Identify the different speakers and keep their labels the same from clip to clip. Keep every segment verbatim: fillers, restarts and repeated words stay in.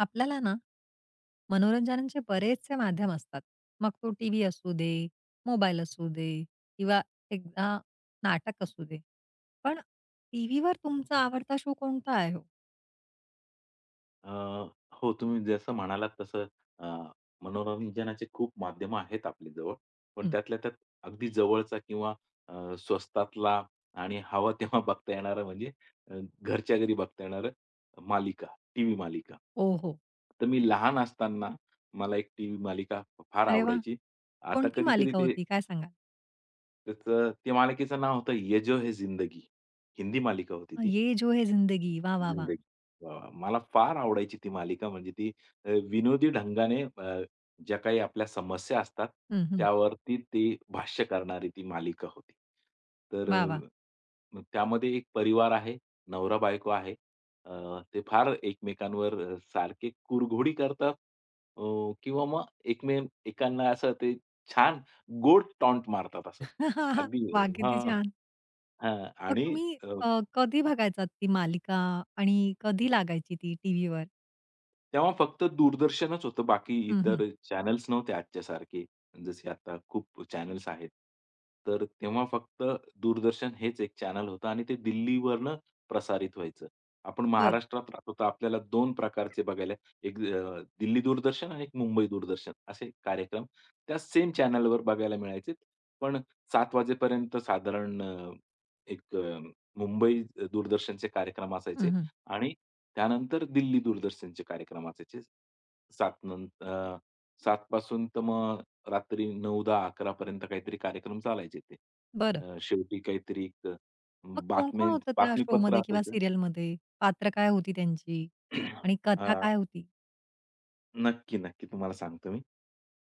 Speaker 1: आपल्याला ना मनोरंजनाचे बरेचसे माध्यम असतात. मग तो टीव्ही असू दे, मोबाईल असू दे किंवा एकदा नाटक असू दे. पण टीव्हीवर तुमचा आवडता शो कोणता आहे हो?
Speaker 2: अ, हो, तुम्ही जसं म्हणालात तसं अ, मनोरंजनाचे खूप माध्यमं आहेत आपल्या जवळ. पण
Speaker 1: हं.
Speaker 2: त्यातल्या त्यात अगदी जवळचा किंवा अ, स्वस्तातला आणि हवा तेव्हा बघता येणारा म्हणजे अ, घरच्या घरी बघता येणारं मालिका, टीव्ही मालिका.
Speaker 1: ओ हो.
Speaker 2: तर मी लहान असताना मला एक टीव्ही मालिका फार
Speaker 1: अरे वा,
Speaker 2: आवडायची. आता
Speaker 1: कोणती
Speaker 2: कधी-कधी
Speaker 1: मालिका
Speaker 2: ते.
Speaker 1: होती काय सांगाल?
Speaker 2: त्याचं त्या मालिकेचं नाव होतं ये जो है जिंदगी. हिंदी मालिका होती
Speaker 1: अ,
Speaker 2: ती.
Speaker 1: "ये जो है जिंदगी" वाह, वाह, वाह!
Speaker 2: जिंदगी. वाह, वाह! मला फार आवडायची ती मालिका म्हणजे ती अ, विनोदी ढंगाने अ, ज्या काही आपल्या समस्या असतात,
Speaker 1: हं, हं.
Speaker 2: त्यावरती ती भाष्य करणारी ती मालिका होती. तर
Speaker 1: वाह, वाह!
Speaker 2: अ, मग त्यामध्ये एक परिवार आहे, नवरा-बायको आहे. अ, ते फार एकमेकांवर अ, सारखे कुरघोडी करतात, अ, किंवा मग एकमेकांना असं ते छान गोड टॉन्ट मारतात असं. अगदी
Speaker 1: वाह! किती
Speaker 2: हां.
Speaker 1: छान.
Speaker 2: हां.
Speaker 1: मग
Speaker 2: आणि
Speaker 1: तुम्ही अ, कधी बघायचात ती मालिका आणि कधी लागायची ती टीव्हीवर?
Speaker 2: तेव्हा फक्त दूरदर्शनच होतं, बाकी
Speaker 1: हं,
Speaker 2: इतर चॅनल्स नव्हते आजच्यासारखे, जसे आता खूप चॅनल्स आहेत. तर तेव्हा फक्त दूरदर्शन हेच एक चॅनल होतं आणि ते दिल्लीवरनं प्रसारित व्हायचं. आपण महाराष्ट्रात राहतो, तर आपल्याला दोन प्रकारचे बघायला एक अ, दिल्ली दूरदर्शन आणि एक मुंबई दूरदर्शन असे कार्यक्रम त्या सेम चॅनलवर बघायला मिळायचे. पण सात वाजेपर्यंत साधारण अ, एक अ, मुंबई दूरदर्शनचे कार्यक्रम
Speaker 1: हं,
Speaker 2: असायचे.
Speaker 1: हं.
Speaker 2: आणि त्यानंतर दिल्ली दूरदर्शनचे कार्यक्रम असायचे. सात नं अ, सात पासून तर मग रात्री नऊ-अकरा पर्यंत काहीतरी कार्यक्रम चालायचे ते.
Speaker 1: बरं.
Speaker 2: अ, शेवटी काहीतरी एक अ,
Speaker 1: मग कोण-कोण होतं त्या
Speaker 2: बातमीपत्र
Speaker 1: शोमध्ये किंवा
Speaker 2: असायचं.
Speaker 1: सीरियलमध्ये? पात्र काय होती त्यांची? आणि कथा
Speaker 2: अ,
Speaker 1: काय होती?
Speaker 2: नक्की, नक्की तुम्हाला सांगतो मी.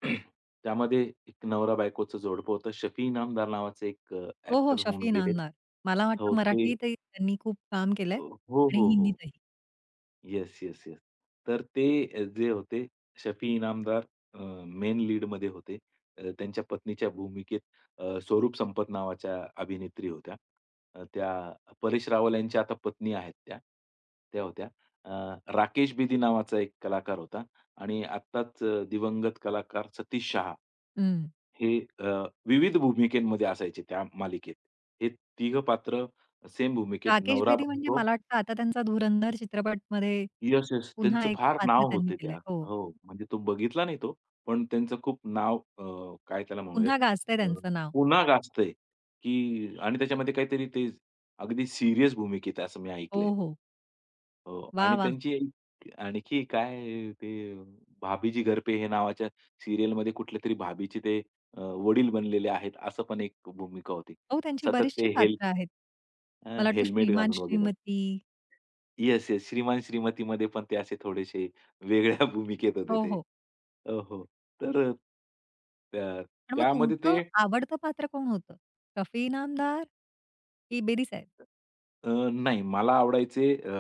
Speaker 2: त्यामध्ये एक नवरा-बायकोचं जोडपं होतं. शफी इनामदार नावाचे एक अ,
Speaker 1: हो, हो.
Speaker 2: होऊन
Speaker 1: शफी
Speaker 2: गेलेत.
Speaker 1: इनामदार. मला
Speaker 2: हो,
Speaker 1: वाटतं
Speaker 2: ते.
Speaker 1: मराठीतही त्यांनी खूप काम केलंय
Speaker 2: हो,
Speaker 1: आणि
Speaker 2: हो, हो.
Speaker 1: हिंदीतही.
Speaker 2: Yes, yes, yes. तर ते अ, जे होते शफी इनामदार अ, मेन लीडमध्ये होते. अ, त्यांच्या पत्नीच्या भूमिकेत अ, स्वरूप संपत नावाच्या अभिनेत्री होत्या. अ, त्या परेश रावल यांच्या आता पत्नी आहेत त्या. त्या होत्या. अ, राकेश बेदी नावाचा एक कलाकार होता आणि आत्ताच अ, दिवंगत कलाकार सतीश शहा
Speaker 1: हं.
Speaker 2: हे अ, विविध भूमिकेमध्ये असायचे त्या मालिकेत. हे तिघं पात्र सेम भूमिकेत
Speaker 1: राकेश
Speaker 2: नवरा
Speaker 1: बेदी म्हणजे
Speaker 2: बायको.
Speaker 1: मला वाटतं आता त्यांचा धुरंधर चित्रपटमध्ये
Speaker 2: येस, येस.
Speaker 1: पुन्हा
Speaker 2: त्यांचं
Speaker 1: एक
Speaker 2: फार
Speaker 1: पात्र
Speaker 2: नाव
Speaker 1: त्यांनी
Speaker 2: होते त्या.
Speaker 1: केलंय. हो.
Speaker 2: हो, म्हणजे तो बघितला नाही तो, पण त्यांचं खूप नाव अ, काय त्याला म्हणूयात
Speaker 1: पुन्हा गाजतंय
Speaker 2: अ,
Speaker 1: त्यांचं नाव.
Speaker 2: पुन्हा गाजतंय, की आणि त्याच्यामध्ये काहीतरी ते अगदी सीरियस भूमिकेत आहे असं मी
Speaker 1: हो,
Speaker 2: ऐकलंय.
Speaker 1: हो.
Speaker 2: हो
Speaker 1: वाह,
Speaker 2: आणि
Speaker 1: वाह!
Speaker 2: त्यांची एक आणखी काय ते भाभीजी घर पे हे नावाच्या सीरियलमध्ये कुठल्यातरी भाभीचे ते अ, वडील बनलेले आहेत, असं पण एक भूमिका होती.
Speaker 1: हो, त्यांची
Speaker 2: सतत
Speaker 1: बरीचशी
Speaker 2: ते हेल
Speaker 1: पात्र आहेत. मला वाटतं
Speaker 2: हेल्मेट
Speaker 1: श्रीमान
Speaker 2: घालून वगैरे.
Speaker 1: श्रीमती.
Speaker 2: Yes, yes. श्रीमान-श्रीमतीमध्ये पण ते असे थोडेसे वेगळ्या भूमिकेत होते
Speaker 1: हो,
Speaker 2: ते.
Speaker 1: हो.
Speaker 2: हो, हो. तर अ, त्या
Speaker 1: पण मग
Speaker 2: त्यामध्ये
Speaker 1: तुमचं
Speaker 2: ते
Speaker 1: आवडतं पात्र कोण होतं? शफी इनामदार की बेदी साहेब?
Speaker 2: अ, नाही, मला आवडायचे अ,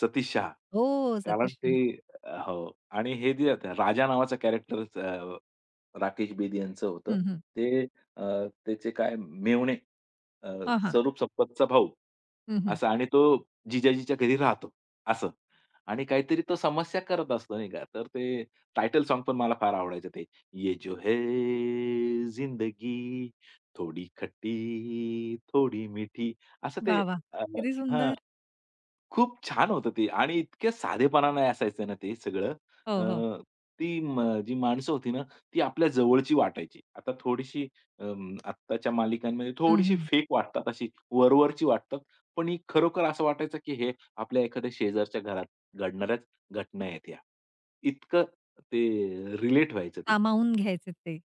Speaker 2: सतीश शहा.
Speaker 1: हो,
Speaker 2: कारण
Speaker 1: सतीश
Speaker 2: ते
Speaker 1: शहा.
Speaker 2: अ, हो, आणि हे जे होतं राजा नावाचं कॅरेक्टरच राकेश बेदी यांचं होतं.
Speaker 1: हं, हं.
Speaker 2: ते अ, त्याचे काय मेव्हणे अ,
Speaker 1: हां, हां.
Speaker 2: स्वरूप संपतचा भाऊ
Speaker 1: हं, हं.
Speaker 2: असा आणि तो जिजाजीच्या घरी राहतो असं. आणि काहीतरी तो समस्या करत असतो नाही का. तर ते टायटल सॉन्ग पण मला फार आवडायचं ते. ये जो है जिंदगी थोडी खट्टी, थोडी मीठी असं ते.
Speaker 1: वाह, वाह!
Speaker 2: अ,
Speaker 1: किती
Speaker 2: हां,
Speaker 1: सुंदर.
Speaker 2: खूप छान होतं ते आणि इतक्या साधेपणाने असायचं ना ते सगळं.
Speaker 1: हो, हो.
Speaker 2: अ, ती म जी माणसं होती ना, ती आपल्या जवळची वाटायची. आता थोडीशी अं, आत्ताच्या मालिकांमध्ये
Speaker 1: हं,
Speaker 2: थोडीशी
Speaker 1: हं.
Speaker 2: फेक वाटतात, अशी वरवरची वाटतात. पण ही खरोखर असं वाटायचं, की हे आपल्या एखाद्या शेजारच्या घरात घडणाऱ्याच घटना आहेत ह्या. इतकं ते रिलेट व्हायचं ते.
Speaker 1: सामावून घ्यायचे ते.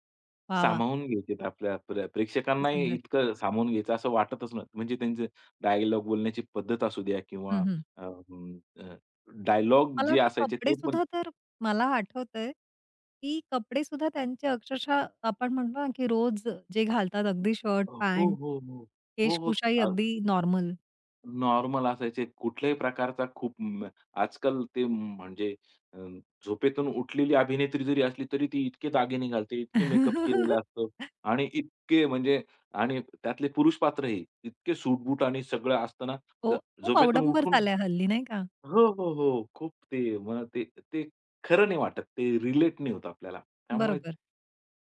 Speaker 1: वाह, वाह!
Speaker 2: सामावून घ्यायचेत आपल्या प्रे
Speaker 1: किती
Speaker 2: प्रेक्षकांनाही
Speaker 1: सुंदर.
Speaker 2: इतकं सामावून घ्यायचं असं वाटतच नाही. म्हणजे त्यांचे डायलॉग बोलण्याची पद्धत असू द्या किंवा
Speaker 1: हं, हं.
Speaker 2: डायलॉग
Speaker 1: मला
Speaker 2: जे
Speaker 1: वाटतं
Speaker 2: असायचे
Speaker 1: कपडे
Speaker 2: ते पण.
Speaker 1: सुद्धा तर मला आठवतंय, की कपडे सुद्धा त्यांचे अक्षरशः आपण म्हणतो ना, की रोज जे घालतात अगदी शर्ट,
Speaker 2: हो, हो,
Speaker 1: पॅन्ट,
Speaker 2: हो. हो,
Speaker 1: केशकुशाही
Speaker 2: हो.
Speaker 1: अगदी नॉर्मल.
Speaker 2: नॉर्मल असायचे. कुठल्याही प्रकारचा खूप म आजकाल ते म्हणजे अ, झोपेतून उठलेली अभिनेत्री जरी असली तरी ती इतके दागिने घालते, इतके मेकअप केलेला असतो आणि इतके म्हणजे आणि त्यातले पुरुष पात्रही इतके सूट आणि सगळं असताना
Speaker 1: हो,
Speaker 2: ज
Speaker 1: खूप
Speaker 2: झोपेतून
Speaker 1: अवडंबर
Speaker 2: उठून.
Speaker 1: झालाय हल्ली नाही का?
Speaker 2: हो, हो, हो. खूप ते मला ते ते खरं नाही वाटत. ते रिलेट नाही होत आपल्याला. त्यामुळे
Speaker 1: बरोबर.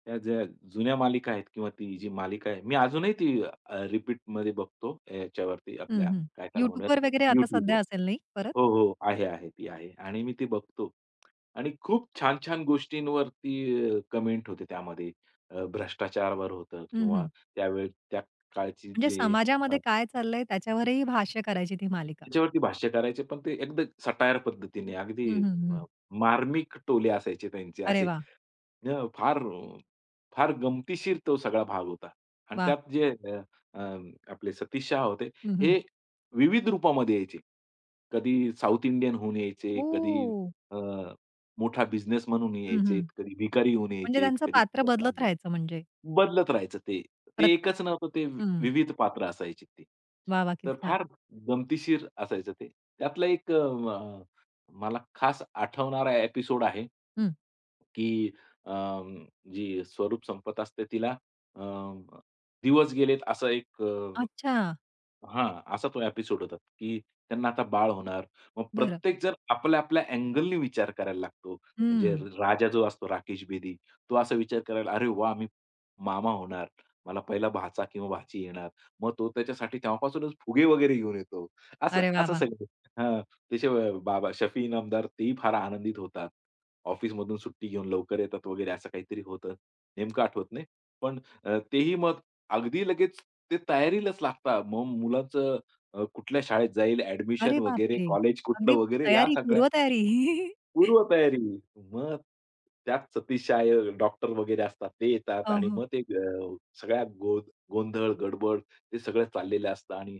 Speaker 2: त्या ज्या जुन्या मालिका आहेत किंवा ती जी मालिका आहे, मी अजूनही ती अ, रिपीटमध्ये बघतो याच्यावरती
Speaker 1: हं,
Speaker 2: आपल्या
Speaker 1: हं.
Speaker 2: काय त्याला म्हणूयात
Speaker 1: YouTubeवर वगैरे आता
Speaker 2: YouTubeवर.
Speaker 1: सध्या असेल नाही परत?
Speaker 2: हो, हो. आहे, आहे. ती आहे आणि मी ती बघतो आणि खूप छान-छान गोष्टींवरती अ, कमेंट होते त्यामध्ये. अ, भ्रष्टाचारावर होतं
Speaker 1: हं,
Speaker 2: किंवा
Speaker 1: हं.
Speaker 2: त्यावेळी त्या काळची
Speaker 1: म्हणजे
Speaker 2: जे
Speaker 1: समाजामध्ये काय चाललंय त्याच्यावरही भाष्य करायची ती मालिका.
Speaker 2: त्याच्यावरती भाष्य करायचे, पण ते एकदम सटायर पद्धतीने, अगदी
Speaker 1: हं, हं,
Speaker 2: अ,
Speaker 1: हं.
Speaker 2: मार्मिक टोले असायचे त्यांचे
Speaker 1: अरे
Speaker 2: असे.
Speaker 1: वाह!
Speaker 2: अ, फार फार गमतीशीर तो सगळा भाग होता. आणि
Speaker 1: वाह!
Speaker 2: त्यात जे अ, अ, आपले सतीश शहा होते,
Speaker 1: हं, हं.
Speaker 2: हे विविध रूपामध्ये यायचे. कधी साउथ इंडियन होऊन यायचे, कधी
Speaker 1: ओह!
Speaker 2: अ, मोठा बिझनेसमन होऊन
Speaker 1: हं,
Speaker 2: यायचे,
Speaker 1: हं.
Speaker 2: कधी भिकारी होऊन
Speaker 1: म्हणजे
Speaker 2: यायचे,
Speaker 1: त्यांचं
Speaker 2: कधी
Speaker 1: पात्र बदलत
Speaker 2: कामगार.
Speaker 1: राहायचं म्हणजे
Speaker 2: बदलत राहायचं ते. ते
Speaker 1: प्रत
Speaker 2: एकच नव्हतं ते वि-
Speaker 1: हं.
Speaker 2: विविध पात्र असायची ती.
Speaker 1: वाह! वाह!
Speaker 2: तर
Speaker 1: किती छान.
Speaker 2: फार गमतीशीर असायचं ते. त्यातला एक अ, म- मला खास आठवणारा एपिसोड आहे.
Speaker 1: हं.
Speaker 2: की अ, जी स्वरूप संपत असते तिला अ, दिवस गेलेत असा एक अ,
Speaker 1: अच्छा.
Speaker 2: हां, असा तो एपिसोड होता, की त्यांना आता बाळ होणार. मग
Speaker 1: बरं.
Speaker 2: प्रत्येकजण आपल्या-आपल्या अँगलनी विचार करायला लागतो. म्हणजे
Speaker 1: हं.
Speaker 2: राजा जो असतो राकेश बेदी, तो असा विचार करायला, "अरे वाह! मी मामा होणार. मला पहिला भाचा किंवा भाची येणार." मग तो त्याच्यासाठी तेव्हापासूनच फुगे वगैरे घेऊन येतो. असं
Speaker 1: अरे वाह!
Speaker 2: असं
Speaker 1: वाह!
Speaker 2: सगळं. हां, त्याचे व- बाबा शफी इनामदार तेही फार आनंदित होतात. ऑफिसमधून सुट्टी घेऊन लवकर येतात वगैरे असं काहीतरी होतं. नेमकं आठवत नाही. पण अ, तेही मग अगदी लगेच ते तयारीलाच लागतात. मग मुलाचं अ, कुठल्या शाळेत जाईल, ॲडमिशन
Speaker 1: अरे
Speaker 2: वगैरे,
Speaker 1: बापरे!
Speaker 2: कॉलेज कुठलं
Speaker 1: अगदी
Speaker 2: वगैरे या
Speaker 1: तयारी,
Speaker 2: सगळ्या
Speaker 1: पूर्वतयारी.
Speaker 2: पूर्व तयारी. मग त्यात सतीशाय डॉक्टर वगैरे असतात ते येतात
Speaker 1: हो,
Speaker 2: आणि
Speaker 1: हो.
Speaker 2: मग ते अ, सगळ्या गो गोंधळ, गडबड ते सगळं चाललेलं असतं आणि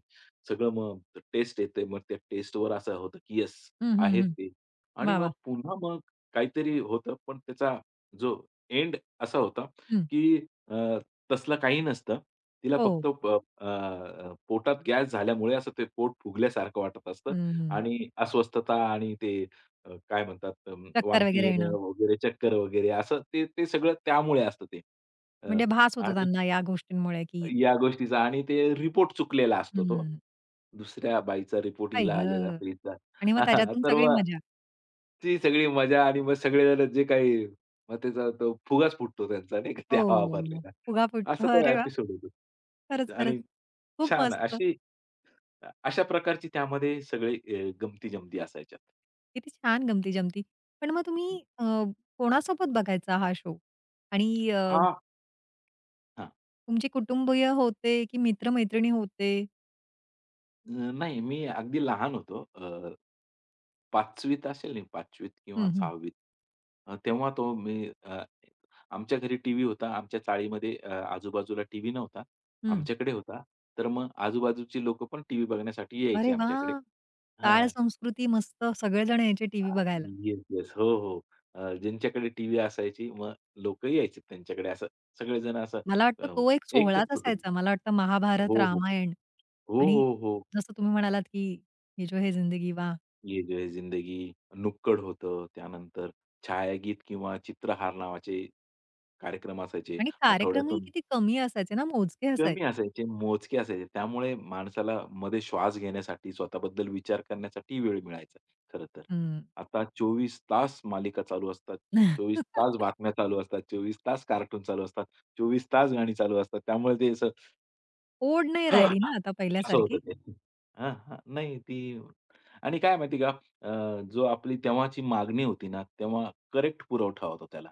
Speaker 2: सगळं मग टेस्ट येते. मग त्या टेस्टवर असं होतं, की येस
Speaker 1: हं, हं,
Speaker 2: आहेत
Speaker 1: हं.
Speaker 2: ते आणि
Speaker 1: वाह!
Speaker 2: मग
Speaker 1: वाह!
Speaker 2: पुन्हा मग काहीतरी होतं. पण त्याचा जो एंड असा होता,
Speaker 1: हं.
Speaker 2: की अ, तसलं काही नसतं. तिला
Speaker 1: हो.
Speaker 2: फक्त प अ, अ, पोटात गॅस झाल्यामुळे असं ते पोट फुगल्यासारखं वाटत असतं
Speaker 1: हं, हं.
Speaker 2: आणि अस्वस्थता आणि ते अ, काय म्हणतात अ,
Speaker 1: चक्कर
Speaker 2: वांती
Speaker 1: वगैरे येणं.
Speaker 2: येणं वगैरे, चक्कर वगैरे असं ते ते सगळं त्यामुळे असतं ते. अ,
Speaker 1: म्हणजे भास होतो
Speaker 2: आणि
Speaker 1: त्यांना या गोष्टींमुळे, की
Speaker 2: या गोष्टीचा आणि ते रिपोर्ट चुकलेला असतो तो.
Speaker 1: हं,
Speaker 2: दुसऱ्या बाईचा रिपोर्ट
Speaker 1: आई
Speaker 2: हिला आलेला
Speaker 1: गं!
Speaker 2: असतो हिचा.
Speaker 1: आणि मग त्याच्यातून
Speaker 2: तर
Speaker 1: सगळी
Speaker 2: मग
Speaker 1: मजा.
Speaker 2: ती सगळी मजा आणि मग सगळेजण जे काही मग त्याचा तो फुगाच फुटतो त्यांचा नाही का त्या
Speaker 1: हो.
Speaker 2: वापरलेला.
Speaker 1: फुगाफूट.
Speaker 2: असा तो
Speaker 1: अरे वाह!
Speaker 2: एपिसोड होतो.
Speaker 1: खरंच, खरंच.
Speaker 2: आणि
Speaker 1: खूप
Speaker 2: छान
Speaker 1: मस्त.
Speaker 2: अशी अशा प्रकारची त्यामध्ये सगळे गमती-जमती असायच्या.
Speaker 1: किती छान गमती-जमती. पण मग तुम्ही अ, कोणासोबत बघायचा हा शो? आणि अ,
Speaker 2: हां.
Speaker 1: तुमचे कुटुंबीय होते की मित्र-मैत्रिणी होते?
Speaker 2: अ, नाही, मी अगदी लहान होतो. अ, पाचवी असेल मी. पाचवी किंवा
Speaker 1: हं, हं.
Speaker 2: सहावी त. तेव्हा तो मी अ, आमच्या घरी टीव्ही होता. आमच्या चाळीमध्ये अ, आजूबाजूला टीव्ही नव्हता.
Speaker 1: हं.
Speaker 2: आमच्याकडे होता. तर मग आजूबाजूची लोकं पण टीव्ही बघण्यासाठी यायची
Speaker 1: अरे
Speaker 2: आमच्याकडे.
Speaker 1: वाह! टाळ
Speaker 2: हां.
Speaker 1: संस्कृती मस्त सगळेजण यायचे टीव्ही
Speaker 2: अ,
Speaker 1: बघायला.
Speaker 2: Yes, yes. हो, हो. अ, ज्यांच्याकडे टीव्ही असायची मग लोकं यायचे त्यांच्याकडे. असं सगळेजण असं
Speaker 1: मला वाटतं
Speaker 2: अ,
Speaker 1: तो एक
Speaker 2: एकच
Speaker 1: सोहळाच
Speaker 2: कुटुंब.
Speaker 1: असायचा. मला वाटतं महाभारत,
Speaker 2: हो, हो.
Speaker 1: रामायण
Speaker 2: हो,
Speaker 1: आणि
Speaker 2: हो, हो.
Speaker 1: जसं तुम्ही म्हणालात की "ये जो है जिंदगी" वाह!
Speaker 2: ये जो है जिंदगी, नुक्कड होतं. त्यानंतर छायागीत किंवा चित्रहार नावाचे कार्यक्रम असायचे.
Speaker 1: आणि कार्यक्रमही
Speaker 2: आठवड्यातून
Speaker 1: किती कमी असायचे ना, मोजके
Speaker 2: कमी
Speaker 1: असायचे.
Speaker 2: असायचे, मोजके असायचे. त्यामुळे माणसाला मध्ये श्वास घेण्यासाठी, स्वतःबद्दल विचार करण्यासाठी वेळ मिळायचा खरं तर.
Speaker 1: हं.
Speaker 2: आता चोवीस तास मालिका चालू असतात. चोवीस तास बातम्या चालू असतात. चोवीस तास कार्टून चालू असतात. चोवीस तास गाणी चालू असतात. त्यामुळे ते असं
Speaker 1: ओढ नाही राहिली ना आता
Speaker 2: असं होतं
Speaker 1: पहिल्यासारखी.
Speaker 2: ते. हां, हां. नाही ती. आणि काय माहिती आहे का अ, जो आपली तेव्हाची मागणी होती ना, तेव्हा करेक्ट पुरवठा होता त्याला.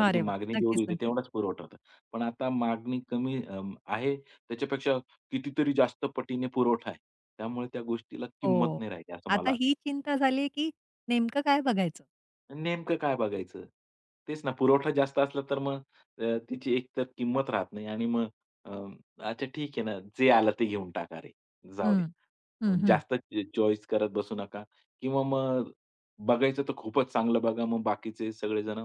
Speaker 2: अगदी
Speaker 1: वा,
Speaker 2: मागणी जेवढी
Speaker 1: नक्कीच,
Speaker 2: होती
Speaker 1: नक्कीच.
Speaker 2: तेवढाच पुरवठा होता. पण आता मागणी कमी अ, आहे त्याच्यापेक्षा कितीतरी जास्त पटीने पुरवठा आहे. त्यामुळे त्या गोष्टीला किंमत
Speaker 1: हो.
Speaker 2: नाही राहिली असं
Speaker 1: आता
Speaker 2: मला.
Speaker 1: ही चिंता झालीये, की नेमकं काय बघायचं?
Speaker 2: नेमकं काय बघायचं? तेच ना, पुरवठा जास्त असला तर मग अ, तिची एकतर किंमत राहत नाही आणि मग अ, अच्छा ठीक आहे ना, जे आलं ते घेऊन टाका रे, जाऊ
Speaker 1: हं,
Speaker 2: द्या.
Speaker 1: हं, हं.
Speaker 2: जास्त चॉईस करत बसू नका किंवा मग बघायचं तर खूपच चांगलं बघा, मग बाकीचे सगळेजण.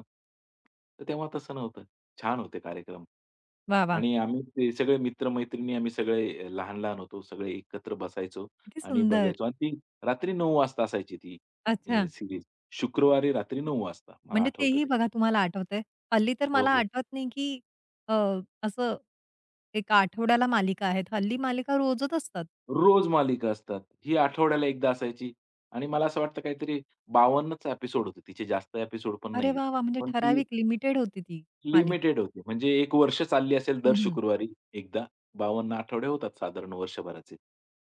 Speaker 2: तर तेव्हा तसं नव्हतं. छान होते कार्यक्रम
Speaker 1: वाह, वाह!
Speaker 2: आणि आम्ही ते सगळे मित्र-मैत्रिणी आम्ही सगळे लहान-लहान होतो. सगळे एकत्र बसायचो
Speaker 1: किती
Speaker 2: आणि
Speaker 1: सुंदर.
Speaker 2: बघायचो आणि ती रात्री नऊ वाजता असायची ती अ,
Speaker 1: अच्छा.
Speaker 2: शुक्रवारी रात्री नऊ वाजता मला
Speaker 1: म्हणजे
Speaker 2: आठवतं
Speaker 1: तेही
Speaker 2: ते.
Speaker 1: बघा तुम्हाला आठवतंय. हल्ली तर
Speaker 2: हो,
Speaker 1: मला
Speaker 2: हो.
Speaker 1: आठवत नाही, की अ, असं एक आठवड्याला मालिका आहेत. हल्ली मालिका रोजच असतात.
Speaker 2: रोज मालिका असतात. ही आठवड्याला एकदा असायची आणि मला असं वाटतं काहीतरी 52च एपिसोड होते. तिचे जास्त एपिसोड पण
Speaker 1: अरे
Speaker 2: नाहीयेत.
Speaker 1: वाह, वाह! म्हणजे
Speaker 2: पण ती
Speaker 1: ठराविक लिमिटेड होती ती मालिका.
Speaker 2: लिमिटेड होती. म्हणजे एक वर्ष चालली असेल दर
Speaker 1: हं, हं.
Speaker 2: शुक्रवारी एकदा. बावन्न आठवडे होतात साधारण वर्षभराचे.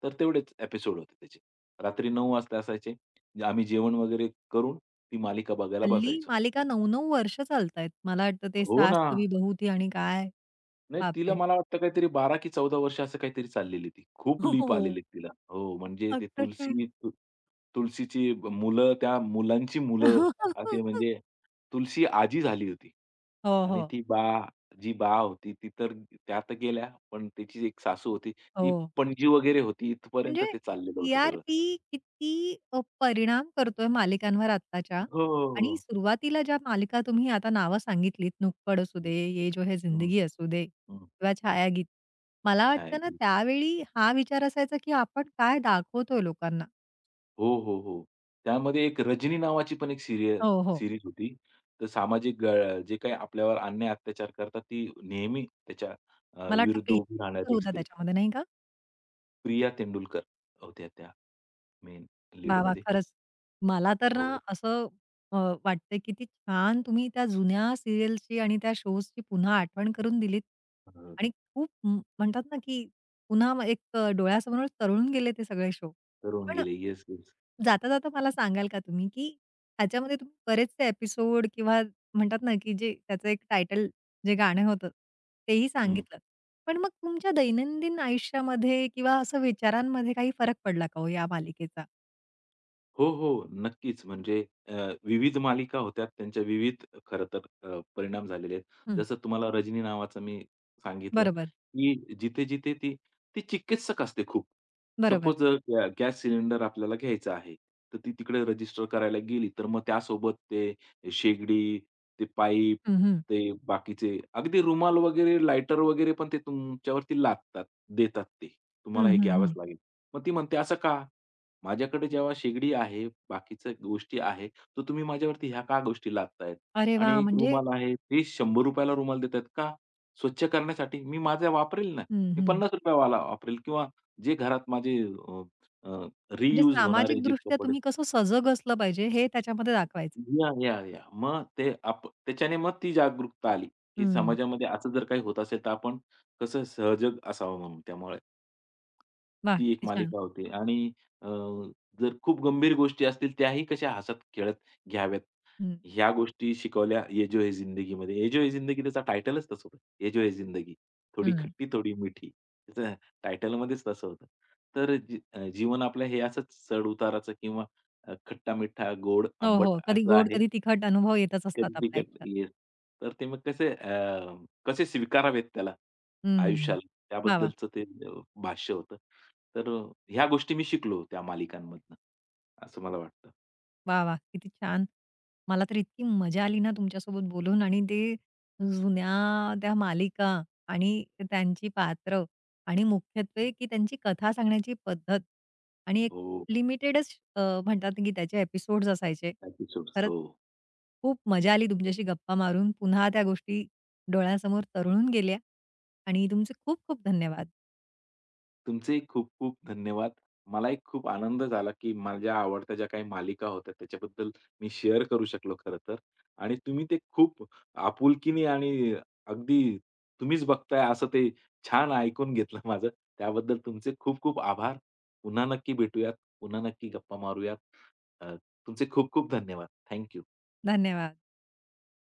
Speaker 2: तर तेवढेच एपिसोड होते त्याचे. रात्री नऊ वाजता असायचे. जे आम्ही जेवण वगैरे करून ती मालिका बघायला
Speaker 1: हल्ली
Speaker 2: बसायचो.
Speaker 1: मालिका नऊ नऊ वर्ष चालतायत. मला वाटतं ते
Speaker 2: हो
Speaker 1: सास
Speaker 2: ना.
Speaker 1: कभी बहू थी आणि काय
Speaker 2: नाही, तिला
Speaker 1: बापरे!
Speaker 2: मला वाटतं काहीतरी बारा की चौदा वर्ष असं काहीतरी चाललेली ती. खूप
Speaker 1: हो, हो,
Speaker 2: लीप
Speaker 1: हो.
Speaker 2: आलेले तिला. हो, म्हणजे ते
Speaker 1: अक्षरशः
Speaker 2: तुलसी तु तुलसीची ब- मुलं, त्या मुलांची मुलं असे म्हणजे तुलसी आजी झाली होती.
Speaker 1: हो,
Speaker 2: आणि
Speaker 1: हो.
Speaker 2: ती बा जी बा होती ती तर त्या तर गेल्या, पण तिची एक सासू होती,
Speaker 1: हो.
Speaker 2: ती पणजी वगैरे होती. इथपर्यंत
Speaker 1: म्हणजे
Speaker 2: ते चाललेलं होतं सगळं.
Speaker 1: टी-आर-पी किती अ, परिणाम करतोय मालिकांवर आत्ताच्या
Speaker 2: हो, हो,
Speaker 1: आणि
Speaker 2: हो.
Speaker 1: सुरुवातीला ज्या मालिका तुम्ही आता नावं सांगितलीत, नुक्कड असू
Speaker 2: हं,
Speaker 1: दे, ये जो है
Speaker 2: हं,
Speaker 1: जिंदगी असू दे किंवा छायागीत. मला
Speaker 2: छान आहे.
Speaker 1: वाटतं ना त्यावेळी हा विचार असायचा, की आपण काय दाखवतोय लोकांना?
Speaker 2: हो, हो, हो. त्यामध्ये एक रजनी नावाची पण एक सीरियल
Speaker 1: हो, हो.
Speaker 2: सीरीज होती. तर सामाजिक अ, जे काही आपल्यावर अन्याय अत्याचार करतात ती नेहमी त्याच्या अ,
Speaker 1: मला वाटतं
Speaker 2: विरुद्ध उभी
Speaker 1: प्रिया
Speaker 2: राहणारी एक
Speaker 1: होता
Speaker 2: स्त्री.
Speaker 1: त्याच्यामध्ये नाही का?
Speaker 2: प्रिया तेंडुलकर होत्या त्या मेन
Speaker 1: वाह! वाह!
Speaker 2: लीडमध्ये.
Speaker 1: खरंच. मला तर ना
Speaker 2: हो.
Speaker 1: असं अ, वाटतंय किती छान तुम्ही त्या जुन्या सीरियलची आणि त्या शोजची पुन्हा आठवण करून दिलीत
Speaker 2: अ,
Speaker 1: आणि खूप म म्हणतात ना, की पुन्हा मग एक अ, डोळ्यासमोर तरळून गेले ते सगळे शो.
Speaker 2: तरुण
Speaker 1: पण
Speaker 2: गेले. Yes, yes.
Speaker 1: जाता-जाता मला सांगाल का तुम्ही, की ह्याच्यामध्ये तुम्ही बरेचसे एपिसोड किंवा म्हणतात ना, की जे त्याचं एक टायटल जे गाणं होतं तेही
Speaker 2: हं.
Speaker 1: सांगितलं. पण मग तुमच्या दैनंदिन आयुष्यामध्ये किंवा असं विचारांमध्ये काही फरक पडला का हो या मालिकेचा?
Speaker 2: हो, हो. नक्कीच. म्हणजे अ, विविध मालिका होत्या. त्यांच्या विविध खरं तर अ, परिणाम झालेले आहेत.
Speaker 1: हं,
Speaker 2: जसं तुम्हाला रजनी नावाचं मी सांगितलं,
Speaker 1: बरोबर.
Speaker 2: की जिथे-जिथे ती ती चिकित्सक असते खूप.
Speaker 1: बरोबर.
Speaker 2: सपोज अ, गॅ गॅस सिलेंडर आपल्याला घ्यायचा आहे. तर ती तिकडे रजिस्टर करायला गेली, तर मग त्यासोबत ते शेगडी, ते पाईप,
Speaker 1: हं, हं.
Speaker 2: ते बाकीचे अगदी रुमाल वगैरे, लायटर वगैरे पण ते तुमच्यावरती लादतात, देतात ते.
Speaker 1: हं,
Speaker 2: तुम्हाला हे
Speaker 1: हं,
Speaker 2: घ्यावंच
Speaker 1: हं.
Speaker 2: लागेल. मग ती म्हणते, "असं का? माझ्याकडे जेव्हा शेगडी आहे, बाकीच्या गोष्टी आहे, तर तुम्ही माझ्यावरती ह्या का गोष्टी लादतायत?
Speaker 1: अरे
Speaker 2: आणि
Speaker 1: वाह!
Speaker 2: एक
Speaker 1: म्हणजे
Speaker 2: रुमाल आहे, ते ₹शंभर ला रुमाल देतायत का? स्वच्छ करण्यासाठी मी माझा वापरेल ना.
Speaker 1: हं,
Speaker 2: मी
Speaker 1: हं.
Speaker 2: ₹पन्नास वाला वापरेल किंवा जे घरात माझे
Speaker 1: म्हणजे
Speaker 2: रियूज होणारे जे
Speaker 1: सामाजिकदृष्ट्या
Speaker 2: कपडे."
Speaker 1: तुम्ही कसं सजग असलं पाहिजे हे त्याच्यामध्ये दाखवायचं.
Speaker 2: या, या, या. मग ते आप त्याच्याने मग ती जागरूकता आली, की
Speaker 1: हं.
Speaker 2: समाजामध्ये असं जर काही होत असेल, तर आपण कसं सहजग असावं म्हणून त्यामुळे.
Speaker 1: वाह!
Speaker 2: ती एक
Speaker 1: किती छान.
Speaker 2: मालिका होती आणि अ, जर खूप गंभीर गोष्टी असतील त्याही कशा हसत-खेळत घ्याव्यात.
Speaker 1: हं.
Speaker 2: ह्या गोष्टी शिकवल्या ये जो है जिंदगीमध्ये. ये जो है जिंदगी त्याचा टायटलच तसं होतं. ये जो है जिंदगी. थोडी
Speaker 1: हं.
Speaker 2: खट्टी, थोडी मिठी. त्याचं टायटलमध्येच तसं होतं. तर जी अ, जीवन आपलं हे असंच चढ-उताराचं किंवा अ, खट्टा-मिठा, गोड,
Speaker 1: हो,
Speaker 2: आंबट
Speaker 1: हो. कधी
Speaker 2: असं
Speaker 1: गोड,
Speaker 2: आहे.
Speaker 1: कधी तिखट अनुभव येतच असतात
Speaker 2: कधी
Speaker 1: आपल्या आयुष्यात.
Speaker 2: येस. तर ते मग कसे अ, कसे स्वीकारावेत त्याला,
Speaker 1: हं.
Speaker 2: आयुष्याला
Speaker 1: वाह, वाह!
Speaker 2: त्याबद्दलचं ते अ, भाष्य होतं. तर अ, ह्या गोष्टी मी शिकलो त्या मालिकांमधनं, असं मला वाटतं.
Speaker 1: वाह! वाह! किती छान. मला तर इतकी मजा आली ना तुमच्यासोबत बोलून आणि ते जुन्या त्या मालिका आणि त्यांची पात्र आणि मुख्यत्वे की त्यांची कथा सांगण्याची पद्धत आणि एक
Speaker 2: हो,
Speaker 1: लिमिटेडच अ, म्हणतात की त्याचे एपिसोड्स असायचे.
Speaker 2: एपिसोड्स.
Speaker 1: खरंच
Speaker 2: हो.
Speaker 1: खूप मजा आली तुमच्याशी गप्पा मारून. पुन्हा त्या गोष्टी डोळ्यासमोर तरळून गेल्या आणि तुमचे खूप खूप धन्यवाद.
Speaker 2: तुमचेही खूप-खूप धन्यवाद. मलाही खूप आनंद झाला, की माझ्या आवडत्या ज्या काही मालिका होत्या त्याच्याबद्दल मी शेअर करू शकलो खरं तर आणि तुम्ही ते खूप आपुलकीने आणि अगदी तुम्हीच बघताय असं ते छान ऐकून घेतलं माझं. त्याबद्दल तुमचे खूप-खूप आभार. पुन्हा नक्की भेटूयात. पुन्हा नक्की गप्पा मारूयात. अ, तुमचे खूप-खूप धन्यवाद. थँक
Speaker 1: धन्यवाद.